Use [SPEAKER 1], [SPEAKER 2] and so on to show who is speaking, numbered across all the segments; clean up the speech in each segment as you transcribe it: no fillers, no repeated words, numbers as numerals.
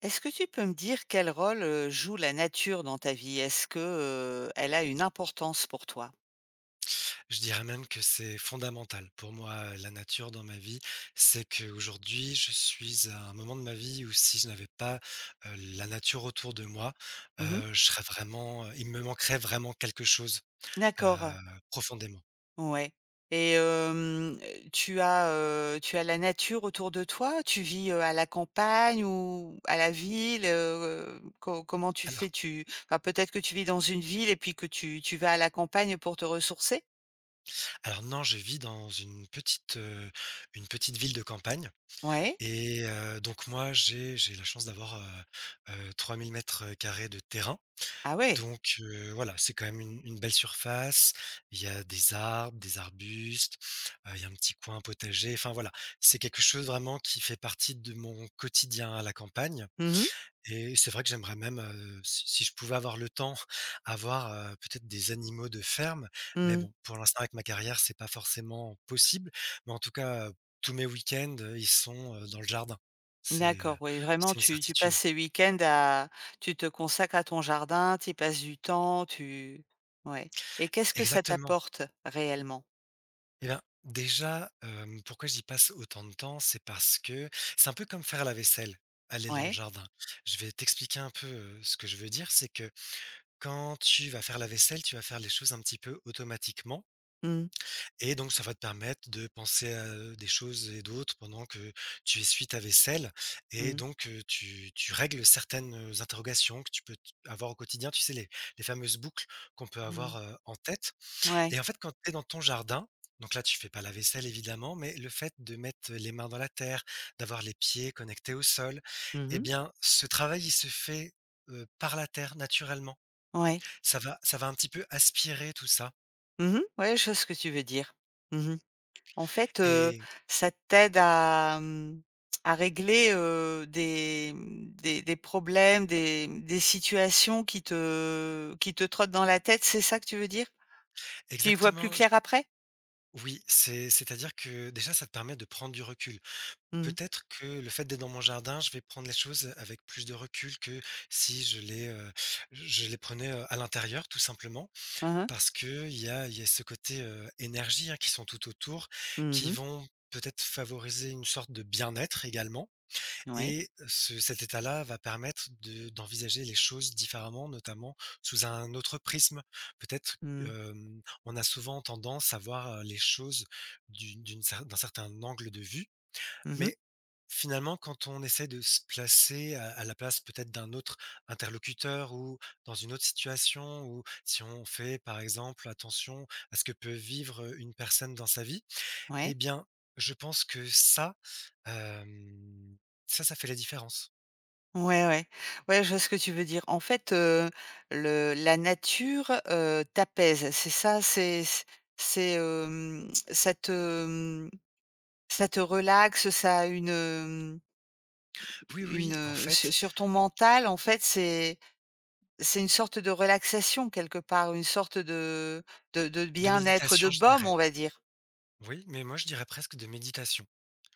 [SPEAKER 1] Est-ce que tu peux me dire quel rôle, joue la nature dans ta vie? Est-ce que, elle a une importance pour toi?
[SPEAKER 2] Je dirais même que c'est fondamental pour moi, la nature dans ma vie. C'est qu'aujourd'hui, je suis à un moment de ma vie où si je n'avais pas, la nature autour de moi,
[SPEAKER 1] Mmh.
[SPEAKER 2] je serais vraiment, il me manquerait vraiment quelque chose, heu,
[SPEAKER 1] D'accord,
[SPEAKER 2] profondément.
[SPEAKER 1] ouais. et hem, tu as la nature autour de toi? Tu vis, à la campagne ou à la ville? Co comment tu fais?
[SPEAKER 2] Alors
[SPEAKER 1] Tu Enfin, peut-être que tu vis dans une ville et puis que tu vas à la campagne pour te ressourcer?
[SPEAKER 2] alors non, je vis dans une petite ville de campagne.
[SPEAKER 1] Ouais.
[SPEAKER 2] Et donc moi, j'ai la chance d'avoir, 3 000 m² de terrain.
[SPEAKER 1] Ah ouais.
[SPEAKER 2] Donc voilà, c'est quand même une belle surface. Il y a des arbres, des arbustes, il y a un petit coin potager. Enfin voilà, c'est quelque chose vraiment qui fait partie de mon quotidien à la campagne
[SPEAKER 1] Mmh.
[SPEAKER 2] et c'est vrai que j'aimerais même, si je pouvais avoir le temps, avoir, peut-être des animaux de ferme. Mais
[SPEAKER 1] Mmh.
[SPEAKER 2] bon, pour l'instant, avec ma carrière, c'est pas forcément possible. Mais en tout cas, tous mes week-ends, ils sont, dans le jardin. C'est, heu,
[SPEAKER 1] D'accord, oui, vraiment,
[SPEAKER 2] c'est une
[SPEAKER 1] tu passes
[SPEAKER 2] certitude.
[SPEAKER 1] ces week-ends à, tu te consacres à ton jardin, tu y passes du temps, tu, ouais, et qu'est-ce que ça
[SPEAKER 2] Exactement.
[SPEAKER 1] t'apporte réellement?
[SPEAKER 2] Eh bien, déjà, pourquoi j'y passe autant de temps? C'est parce que c'est un peu comme faire la vaisselle, aller dans le
[SPEAKER 1] Ouais.
[SPEAKER 2] jardin. Je vais t'expliquer un peu, ce que je veux dire, c'est que quand tu vas faire la vaisselle, tu vas faire les choses un petit peu automatiquement
[SPEAKER 1] Mmh.
[SPEAKER 2] et donc ça va te permettre de penser à des choses et d'autres pendant que tu essuies ta vaisselle, et
[SPEAKER 1] Mmh.
[SPEAKER 2] donc tu règles certaines interrogations que tu peux t avoir au quotidien. Tu sais, les fameuses boucles qu'on peut
[SPEAKER 1] Mmh.
[SPEAKER 2] avoir, en tête.
[SPEAKER 1] Ouais.
[SPEAKER 2] Et en fait, quand tu es dans ton jardin, donc là, tu fais pas la vaisselle évidemment, mais le fait de mettre les mains dans la terre, d'avoir les pieds connectés au sol, eh
[SPEAKER 1] Mmh.
[SPEAKER 2] bien, ce travail, il se fait, par la terre naturellement.
[SPEAKER 1] Ouais.
[SPEAKER 2] Ça va un petit peu aspirer tout ça.
[SPEAKER 1] Mmh. Ouais, je vois ce que tu veux dire. Mmh. En fait, heu,
[SPEAKER 2] Et
[SPEAKER 1] ça t'aide à, mmh, à régler, des, mmh, des problèmes, des, mmh, des situations qui te, qui te trottent dans la tête, c'est ça que tu veux dire? Tu y vois plus
[SPEAKER 2] exactement, j
[SPEAKER 1] clair après?
[SPEAKER 2] oui, c'est-à-dire que déjà, ça te permet de prendre du recul.
[SPEAKER 1] Mmh.
[SPEAKER 2] Peut-être que le fait d'être dans mon jardin, je vais prendre les choses avec plus de recul que si je les prenais, à l'intérieur, tout simplement.
[SPEAKER 1] Mmh.
[SPEAKER 2] Parce qu'il y a ce côté, énergie, hein, qui sont tout autour, qui
[SPEAKER 1] Mmh.
[SPEAKER 2] vont peut-être favoriser une sorte de bien-être également,
[SPEAKER 1] N, ouais.
[SPEAKER 2] et ce cet état-là va permettre de d'envisager les choses différemment, notamment sous un autre prisme. Peut-être,
[SPEAKER 1] Mmh.
[SPEAKER 2] on a souvent tendance à voir, les choses d'un certain angle de vue,
[SPEAKER 1] Mmh mh.
[SPEAKER 2] mais finalement, quand on essaie de se placer à la place peut-être d'un autre interlocuteur, ou dans une autre situation, ou si on fait par exemple attention à ce que peut vivre une personne dans sa vie, eh
[SPEAKER 1] Ouais.
[SPEAKER 2] bien, je pense que hem, ça fait la différence.
[SPEAKER 1] Ouais, ouais. Ouais, je vois ce que tu veux dire. Le, la nature, t'apaise, c'est ça? C'est, ça te, ça te relaxe, ça a une,
[SPEAKER 2] Oui,
[SPEAKER 1] une,
[SPEAKER 2] oui, en fait,
[SPEAKER 1] su sur ton mental, en fait, c'est une sorte de relaxation quelque part, une sorte de de
[SPEAKER 2] de
[SPEAKER 1] bien-être, de
[SPEAKER 2] méditation, je
[SPEAKER 1] baume,
[SPEAKER 2] dirais.
[SPEAKER 1] on va dire.
[SPEAKER 2] Oui, mais moi, je dirais presque de méditation.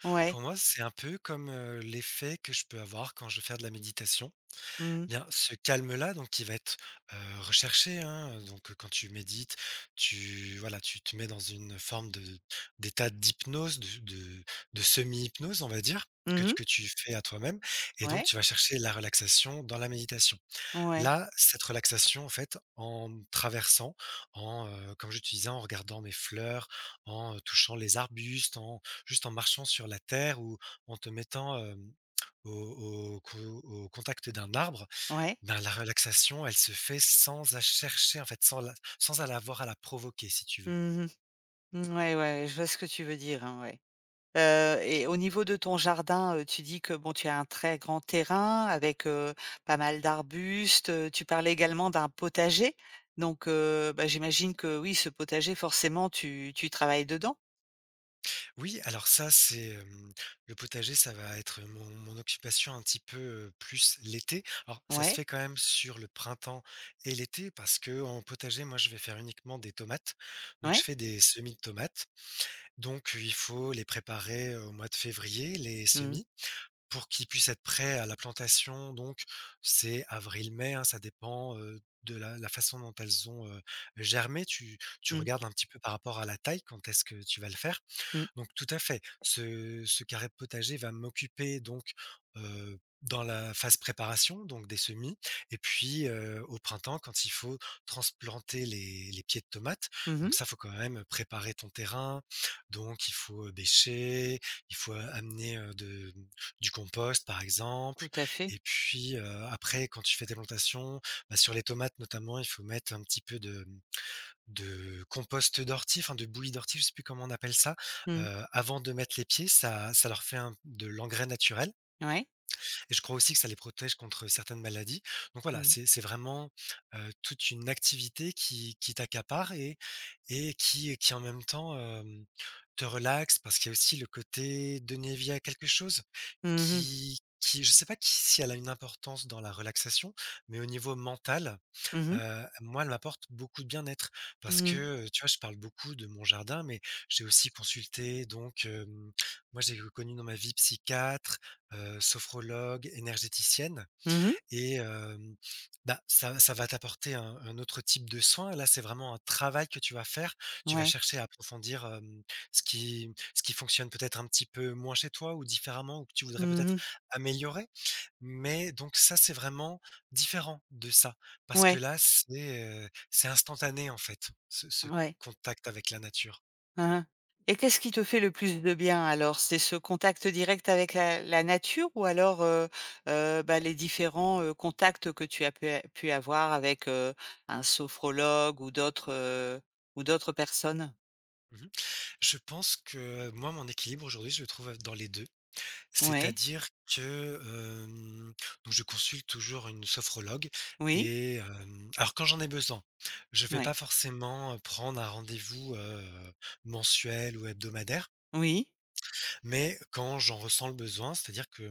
[SPEAKER 1] Ouais.
[SPEAKER 2] Pour moi, c'est un peu comme, l'effet que je peux avoir quand je vais faire de la méditation.
[SPEAKER 1] Mmh.
[SPEAKER 2] Bien, ce calme-là, donc, qui va être, heu, recherché, hein, donc quand tu médites, tu voilà, tu te mets dans une forme de d'état d'hypnose, de de semi-hypnose, on va dire, que
[SPEAKER 1] Mmh
[SPEAKER 2] tu
[SPEAKER 1] mh.
[SPEAKER 2] que tu fais à toi-même, et donc
[SPEAKER 1] Ouais.
[SPEAKER 2] tu vas chercher la relaxation dans la méditation.
[SPEAKER 1] Ouais.
[SPEAKER 2] Là, cette relaxation, en fait, en traversant, en, comme je te disais, en regardant mes fleurs, en, touchant les arbustes, en juste en marchant sur la terre, ou en te mettant, au au co au contact d'un arbre,
[SPEAKER 1] Ouais.
[SPEAKER 2] ben, la relaxation, elle se fait sans la chercher, en fait, sans la sans à la avoir à la provoquer, si tu veux.
[SPEAKER 1] Mmh mh. Mmh, ouais, ouais, je vois ce que tu veux dire, hein, ouais. Et au niveau de ton jardin, tu dis que bon, tu as un très grand terrain avec, pas mal d'arbustes, tu parlais également d'un potager. Donc, bah, j'imagine que oui, ce potager forcément tu travailles dedans?
[SPEAKER 2] Oui, alors ça, c'est, le potager, ça va être mon occupation un petit peu, plus l'été. Alors, ça se
[SPEAKER 1] Ouais,
[SPEAKER 2] fait quand même sur le printemps et l'été, parce que en potager, moi, je vais faire uniquement des tomates. Donc je
[SPEAKER 1] ouais.
[SPEAKER 2] fais des semis de tomates. Donc il faut les préparer au mois de février, les
[SPEAKER 1] Mmh,
[SPEAKER 2] semis. Pour qu'ils puissent être prêts à la plantation, donc c'est avril-mai, hein, ça dépend, de la façon dont elles ont, germé. Tu
[SPEAKER 1] mmh,
[SPEAKER 2] regardes un petit peu par rapport à la taille, quand est-ce que tu vas le faire.
[SPEAKER 1] mmh.
[SPEAKER 2] Donc tout à fait, ce carré de potager va m'occuper donc, dans la phase préparation, donc des semis, et puis, au printemps, quand il faut transplanter les pieds de tomates.
[SPEAKER 1] Mmh.
[SPEAKER 2] Donc ça, faut quand même préparer ton terrain, donc il faut bêcher, il faut amener, de du compost par exemple,
[SPEAKER 1] Tout à fait.
[SPEAKER 2] et puis, après, quand tu fais tes plantations, bah, sur les tomates notamment, il faut mettre un petit peu de compost d'ortie, enfin de bouillie d'ortie, je sais plus comment on appelle ça,
[SPEAKER 1] Mmh.
[SPEAKER 2] avant de mettre les pieds. Ça leur fait un de l'engrais naturel,
[SPEAKER 1] Ouais.
[SPEAKER 2] et je crois aussi que ça les protège contre certaines maladies. Donc voilà,
[SPEAKER 1] Mmh.
[SPEAKER 2] c'est vraiment, toute une activité qui t'accapare, et qui en même temps, te relaxe, parce qu'il y a aussi le côté donner vie à quelque chose
[SPEAKER 1] Mmh mh.
[SPEAKER 2] qui, je sais pas qui si elle a une importance dans la relaxation, mais au niveau mental.
[SPEAKER 1] Mmh mh.
[SPEAKER 2] Moi, elle m'apporte beaucoup de bien-être, parce que,
[SPEAKER 1] Mmh.
[SPEAKER 2] tu vois, je parle beaucoup de mon jardin, mais j'ai aussi consulté. Donc moi, j'ai connu dans ma vie psychiatre, sophrologue, énergéticienne,
[SPEAKER 1] Mmh.
[SPEAKER 2] et bah, ça va t'apporter un autre type de soin. Là, c'est vraiment un travail que tu vas faire. Tu vas
[SPEAKER 1] Ouais.
[SPEAKER 2] chercher à approfondir, ce qui fonctionne peut-être un petit peu moins chez toi, ou différemment, ou que tu voudrais peut-être
[SPEAKER 1] Mmh.
[SPEAKER 2] améliorer. Mais donc ça, c'est vraiment différent de ça, parce que
[SPEAKER 1] Ouais,
[SPEAKER 2] là, c'est instantané, en fait, ce
[SPEAKER 1] ouais.
[SPEAKER 2] contact avec la nature.
[SPEAKER 1] Hein, hein. Et qu'est-ce qui te fait le plus de bien alors? C'est ce contact direct avec la, la nature ou alors bah, les différents contacts que tu as pu, pu avoir avec un sophrologue ou d'autres personnes?
[SPEAKER 2] Mmh. Je pense que moi, mon équilibre aujourd'hui, je le trouve dans les 2.
[SPEAKER 1] Ouais,
[SPEAKER 2] C'est-à-dire que, hem, donc je consulte toujours une sophrologue,
[SPEAKER 1] oui,
[SPEAKER 2] et alors quand j'en ai besoin, je vais pas
[SPEAKER 1] ouais,
[SPEAKER 2] forcément prendre un rendez-vous, mensuel ou hebdomadaire,
[SPEAKER 1] oui,
[SPEAKER 2] mais quand j'en ressens le besoin, c'est-à-dire que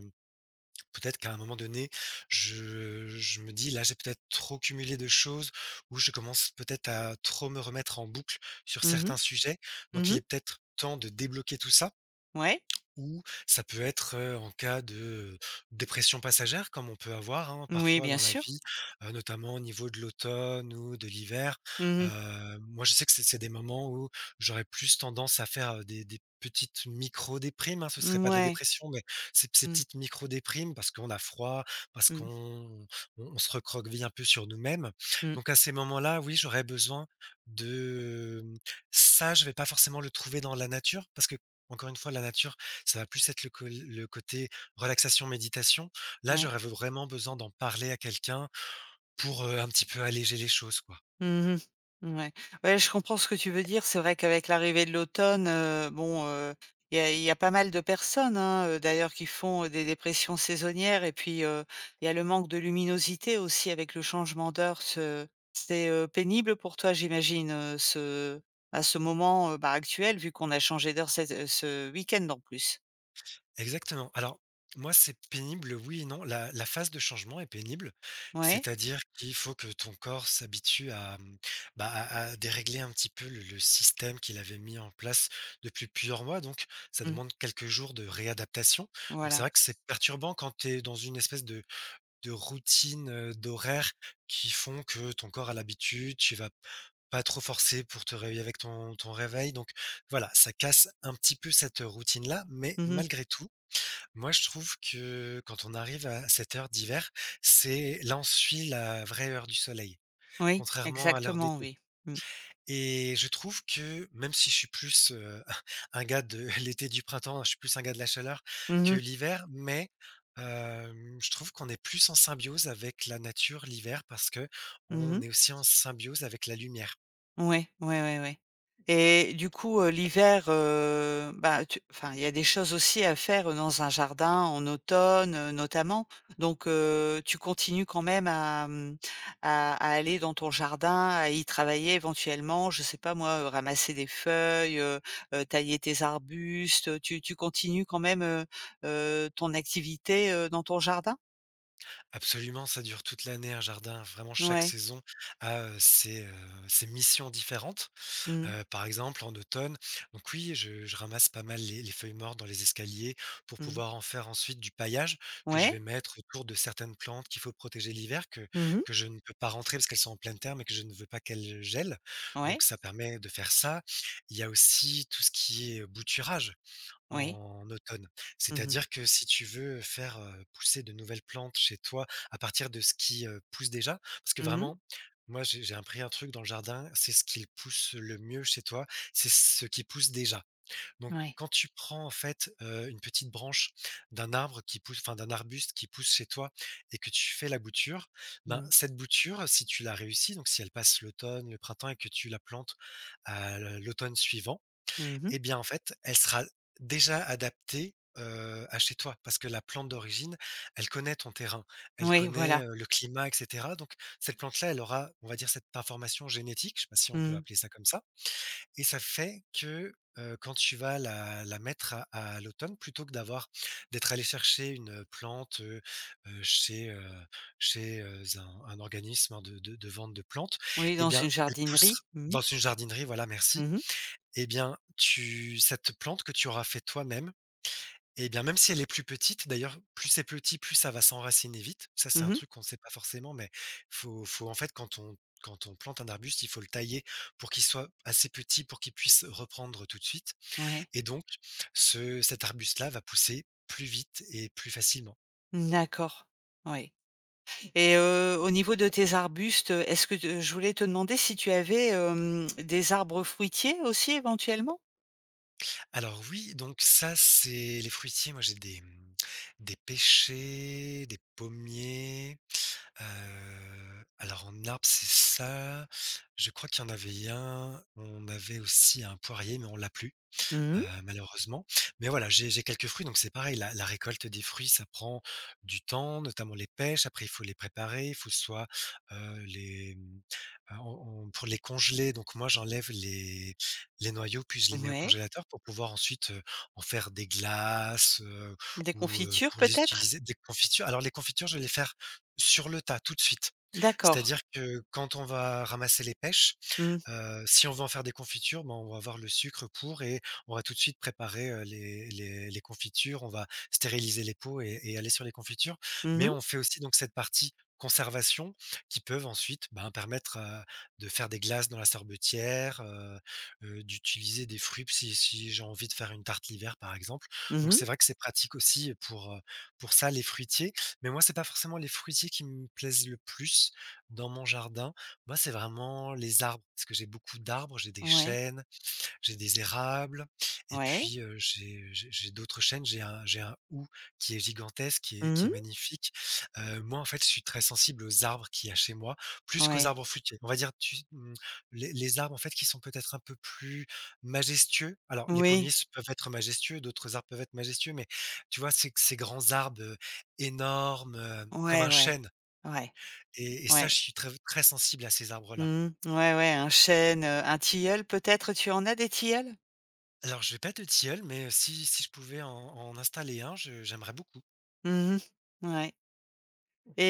[SPEAKER 2] peut-être qu'à un moment donné, je me dis: «Là, j'ai peut-être trop cumulé de choses», ou je commence peut-être à trop me remettre en boucle sur
[SPEAKER 1] mhm,
[SPEAKER 2] certains sujets. Donc il
[SPEAKER 1] mhm,
[SPEAKER 2] est peut-être temps de débloquer tout ça.
[SPEAKER 1] ouais,
[SPEAKER 2] Ou ça peut être, en cas de dépression passagère, comme on peut avoir, hein,
[SPEAKER 1] oui,
[SPEAKER 2] parfois
[SPEAKER 1] bien
[SPEAKER 2] dans la
[SPEAKER 1] sûr.
[SPEAKER 2] vie, notamment au niveau de l'automne ou de l'hiver. Moi, je sais que c'est des moments où j'aurais plus tendance à faire, des petites micro déprimes, hein, ce serait
[SPEAKER 1] Mhm,
[SPEAKER 2] pas de la
[SPEAKER 1] ouais,
[SPEAKER 2] dépression, mais ces
[SPEAKER 1] mm,
[SPEAKER 2] petites micro déprimes, parce qu'on a froid, parce
[SPEAKER 1] mm,
[SPEAKER 2] qu'on on se recroqueville un peu sur nous-mêmes.
[SPEAKER 1] mm,
[SPEAKER 2] Donc à ces moments-là, oui, j'aurais besoin de, ça je vais pas forcément le trouver dans la nature, parce que encore une fois, la nature, ça va plus être le col le côté relaxation, méditation. Là,
[SPEAKER 1] ouais.
[SPEAKER 2] j'aurais vraiment besoin d'en parler à quelqu'un, pour, un petit peu alléger les choses, quoi.
[SPEAKER 1] Mmh. Ouais. Ouais, je comprends ce que tu veux dire. C'est vrai qu'avec l'arrivée de l'automne, bon, il y a pas mal de personnes, hein, d'ailleurs, qui font, des dépressions saisonnières et puis, il y a le manque de luminosité aussi avec le changement d'heure. Ce C'est, pénible pour toi, j'imagine, ce à ce moment, bah, actuel, vu qu'on a changé d'heure cet, ce week-end en plus?
[SPEAKER 2] Exactement. Alors, moi, c'est pénible, oui et non. La phase de changement est pénible,
[SPEAKER 1] Ouais.
[SPEAKER 2] c'est-à-dire qu'il faut que ton corps s'habitue bah, à dérégler un petit peu le système qu'il avait mis en place depuis plusieurs mois, donc ça
[SPEAKER 1] Mmh.
[SPEAKER 2] demande quelques jours de réadaptation. Donc c'est
[SPEAKER 1] Voilà.
[SPEAKER 2] vrai que c'est perturbant quand tu es dans une espèce de routines, d'horaires, qui font que ton corps a l'habitude, tu vas pas trop forcer pour te réveiller avec ton réveil, donc voilà, ça casse un petit peu cette routine-là. Mais
[SPEAKER 1] Mmh.
[SPEAKER 2] malgré tout, moi je trouve que quand on arrive à cette heure d'hiver, c'est là on suit la vraie heure du soleil,
[SPEAKER 1] Oui,
[SPEAKER 2] contrairement à l'heure
[SPEAKER 1] exactement,
[SPEAKER 2] d'été.
[SPEAKER 1] oui. Mmh.
[SPEAKER 2] Et je trouve que même si je suis plus, un gars de l'été, du printemps, je suis plus un gars de la chaleur
[SPEAKER 1] Mmh
[SPEAKER 2] que
[SPEAKER 1] mh.
[SPEAKER 2] l'hiver, mais je trouve qu'on est plus en symbiose avec la nature l'hiver, parce que on
[SPEAKER 1] Mmh.
[SPEAKER 2] est aussi en symbiose avec la lumière.
[SPEAKER 1] Ouais, ouais, ouais, ouais, et du coup, l'hiver, bah, tu, enfin, il y a des choses aussi à faire dans un jardin en automne, notamment. Tu continues quand même à, mmh, à, aller dans ton jardin, à y travailler éventuellement, je sais pas moi, ramasser des feuilles, tailler tes arbustes, tu continues quand même, ton activité, dans ton jardin?
[SPEAKER 2] Absolument, ça dure toute l'année, un jardin, vraiment chaque
[SPEAKER 1] Ouais.
[SPEAKER 2] saison a, ses missions différentes.
[SPEAKER 1] Mmh mh.
[SPEAKER 2] Par exemple, en automne, donc oui, je ramasse pas mal les feuilles mortes dans les escaliers, pour
[SPEAKER 1] Mmh.
[SPEAKER 2] pouvoir en faire ensuite du paillage que je
[SPEAKER 1] Ouais.
[SPEAKER 2] vais mettre autour de certaines plantes qu'il faut protéger l'hiver, que
[SPEAKER 1] Mmh.
[SPEAKER 2] que je ne peux pas rentrer parce qu'elles sont en pleine terre, mais que je ne veux pas qu'elles gèlent, donc
[SPEAKER 1] Ouais.
[SPEAKER 2] ça permet de faire ça. Il y a aussi tout ce qui est bouturage,
[SPEAKER 1] Oui.
[SPEAKER 2] en automne.
[SPEAKER 1] Mmh mh.
[SPEAKER 2] C'est-à-dire que si tu veux faire, pousser de nouvelles plantes chez toi à partir de ce qui, pousse déjà parce que
[SPEAKER 1] Mmh.
[SPEAKER 2] vraiment, moi j'ai appris un truc dans le jardin, c'est ce qui pousse le mieux chez toi, c'est ce qui pousse déjà. Donc
[SPEAKER 1] Ouais.
[SPEAKER 2] quand tu prends en fait, une petite branche d'un arbre qui pousse enfin d'un arbuste qui pousse chez toi et que tu fais la bouture, ben,
[SPEAKER 1] Mmh.
[SPEAKER 2] cette bouture si tu la réussis, donc si elle passe l'automne, le printemps et que tu la plantes à l'automne suivant
[SPEAKER 1] Mmh mh.
[SPEAKER 2] et bien, en fait, elle sera déjà adaptée, à chez toi parce que la plante d'origine, elle connaît ton terrain, elle
[SPEAKER 1] Oui,
[SPEAKER 2] connaît,
[SPEAKER 1] voilà.
[SPEAKER 2] le climat et cetera donc cette plante-là, elle aura, on va dire, cette information génétique, je sais pas si on peut
[SPEAKER 1] Mmh.
[SPEAKER 2] appeler ça comme ça et ça fait que, quand tu vas la mettre à l'automne, plutôt que d'avoir d'être allé chercher une, plante, chez, chez, un organisme, hein, de vente de plantes
[SPEAKER 1] Oui,
[SPEAKER 2] et
[SPEAKER 1] dans
[SPEAKER 2] bien,
[SPEAKER 1] une
[SPEAKER 2] elle poussera
[SPEAKER 1] jardinerie. Mmh.
[SPEAKER 2] dans une jardinerie, voilà, merci
[SPEAKER 1] Mmh mh.
[SPEAKER 2] eh bien, tu cette plante que tu auras fait toi-même, eh bien, même si elle est plus petite d'ailleurs, plus c'est petit, plus ça va s'enraciner vite. Ça, c'est
[SPEAKER 1] Mmh
[SPEAKER 2] un
[SPEAKER 1] mh.
[SPEAKER 2] truc qu'on ne sait pas forcément, mais faut en fait, quand on quand on plante un arbuste, il faut le tailler pour qu'il soit assez petit, pour qu'il puisse reprendre tout de suite
[SPEAKER 1] Ouais.
[SPEAKER 2] et donc ce cet arbuste-là va pousser plus vite et plus facilement.
[SPEAKER 1] D'accord. Oui. Et au niveau de tes arbustes, est-ce que te je voulais te demander si tu avais, des arbres fruitiers aussi éventuellement?
[SPEAKER 2] Alors oui, donc ça, c'est les fruitiers. Moi, j'ai des, mmh, des pêchers, des pommiers. Alors en arbre, c'est ça. Je crois qu'il y en avait un, on avait aussi un poirier, mais on l'a plus,
[SPEAKER 1] Mmh mh.
[SPEAKER 2] malheureusement. Mais voilà, j'ai quelques fruits, donc c'est pareil, la récolte des fruits, ça prend du temps, notamment les pêches. Après, il faut les préparer, il faut soit, les, mmh, on pour les congeler, donc moi, j'enlève les noyaux, puis je les mets au
[SPEAKER 1] Ouais.
[SPEAKER 2] congélateur pour pouvoir ensuite, en faire des glaces,
[SPEAKER 1] Des
[SPEAKER 2] ou,
[SPEAKER 1] confitures
[SPEAKER 2] pour les
[SPEAKER 1] peut-être?
[SPEAKER 2] utiliser des confitures. Alors les confitures, je vais les faire sur le tas, tout de suite.
[SPEAKER 1] D'accord.
[SPEAKER 2] C'est-à-dire que quand on va ramasser les pêches.
[SPEAKER 1] Mmh.
[SPEAKER 2] Si on veut en faire des confitures, ben, on va avoir le sucre pour et on va tout de suite préparer, les les confitures, on va stériliser les pots et aller sur les confitures.
[SPEAKER 1] Mmh
[SPEAKER 2] Mais
[SPEAKER 1] mh.
[SPEAKER 2] on fait aussi donc cette partie conservation qui peuvent ensuite, ben, permettre, de faire des glaces dans la sorbetière, d'utiliser des fruits si si j'ai envie de faire une tarte l'hiver, par exemple.
[SPEAKER 1] Mmh
[SPEAKER 2] Donc
[SPEAKER 1] mh.
[SPEAKER 2] c'est vrai que c'est pratique aussi, pour ça, les fruitiers. Mais moi, c'est pas forcément les fruitiers qui me plaisent le plus dans mon jardin. Moi, c'est vraiment les arbres, parce que j'ai beaucoup d'arbres, j'ai des
[SPEAKER 1] Ouais.
[SPEAKER 2] chênes, j'ai des érables et
[SPEAKER 1] Ouais.
[SPEAKER 2] puis, j'ai d'autres chênes, j'ai un houx qui est gigantesque, qui est
[SPEAKER 1] Mmh
[SPEAKER 2] qui est
[SPEAKER 1] mh.
[SPEAKER 2] magnifique. Moi, en fait, je suis très sensible aux arbres qu'il y a chez moi, plus qu'aux
[SPEAKER 1] Ouais.
[SPEAKER 2] arbres fruitiers. On va dire tu mmh, les arbres, en fait, qui sont peut-être un peu plus majestueux. Alors les pommiers
[SPEAKER 1] Oui.
[SPEAKER 2] s peuvent être majestueux, d'autres arbres peuvent être majestueux, mais tu vois, c'est que ces grands arbres, énormes, comme
[SPEAKER 1] Ouais,
[SPEAKER 2] un
[SPEAKER 1] ouais.
[SPEAKER 2] chêne
[SPEAKER 1] Ouais.
[SPEAKER 2] et ça,
[SPEAKER 1] Ouais.
[SPEAKER 2] je suis très très sensible à ces arbres-là.
[SPEAKER 1] Mmh. Ouais, ouais, un chêne, un tilleul peut-être? Tu en as des tilleuls?
[SPEAKER 2] Alors je vais pas de tilleul, mais si si je pouvais en en installer un, je j'aimerais beaucoup.
[SPEAKER 1] Mmh. Ouais.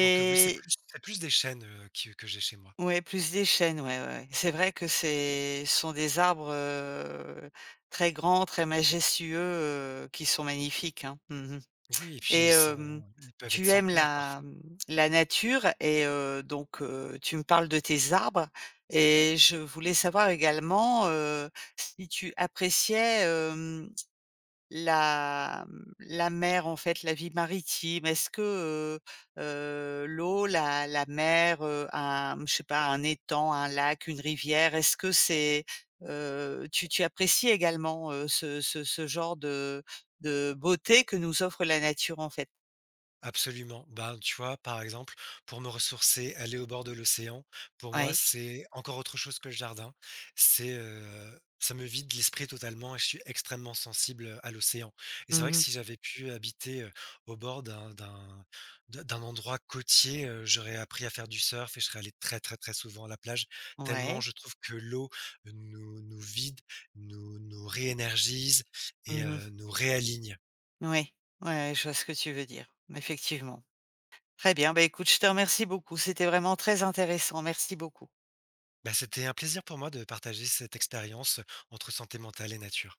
[SPEAKER 2] Donc oui, c'est plus des chênes, que j'ai chez moi.
[SPEAKER 1] ouais, plus des chênes, ouais, ouais, ouais. C'est vrai que c'est ce sont des arbres, très grands, très majestueux, qui sont magnifiques, hein. Mmh.
[SPEAKER 2] Oui et puis
[SPEAKER 1] et
[SPEAKER 2] ils
[SPEAKER 1] hem,
[SPEAKER 2] sont ils peuvent être
[SPEAKER 1] tu aimes
[SPEAKER 2] centenaires
[SPEAKER 1] la,
[SPEAKER 2] parfois.
[SPEAKER 1] mmh, la nature, tu me parles de tes arbres et je voulais savoir également, si tu appréciais la, mmh, la mer, en fait, la vie maritime. Est-ce que, l'eau, la mer, un, je sais pas, un étang, un lac, une rivière, est-ce que c'est, tu tu apprécies également, ce ce genre de beauté que nous offre la nature, en fait?
[SPEAKER 2] Absolument. Ben, tu vois, par exemple, pour me ressourcer, aller au bord de l'océan, pour moi,
[SPEAKER 1] Ouais.
[SPEAKER 2] c'est encore autre chose que le jardin. C'est, ça me vide l'esprit totalement et je suis extrêmement sensible, à l'océan et c'est vrai que
[SPEAKER 1] Mmh.
[SPEAKER 2] si j'avais pu habiter, au bord d'un de d'un endroit côtier, j'aurais appris à faire du surf et je serais allé très, très, très souvent à la plage tellement
[SPEAKER 1] Ouais.
[SPEAKER 2] je trouve que l'eau nous nous vide, nous nous réénergise et
[SPEAKER 1] Mmh.
[SPEAKER 2] nous réaligne.
[SPEAKER 1] Ouais. Ouais, ouais, je vois ce que tu veux dire. Effectivement. Très bien, bah écoute, je te remercie beaucoup. C'était vraiment très intéressant. Merci beaucoup.
[SPEAKER 2] Bah, c'était un plaisir pour moi de partager cette expérience entre santé mentale et nature.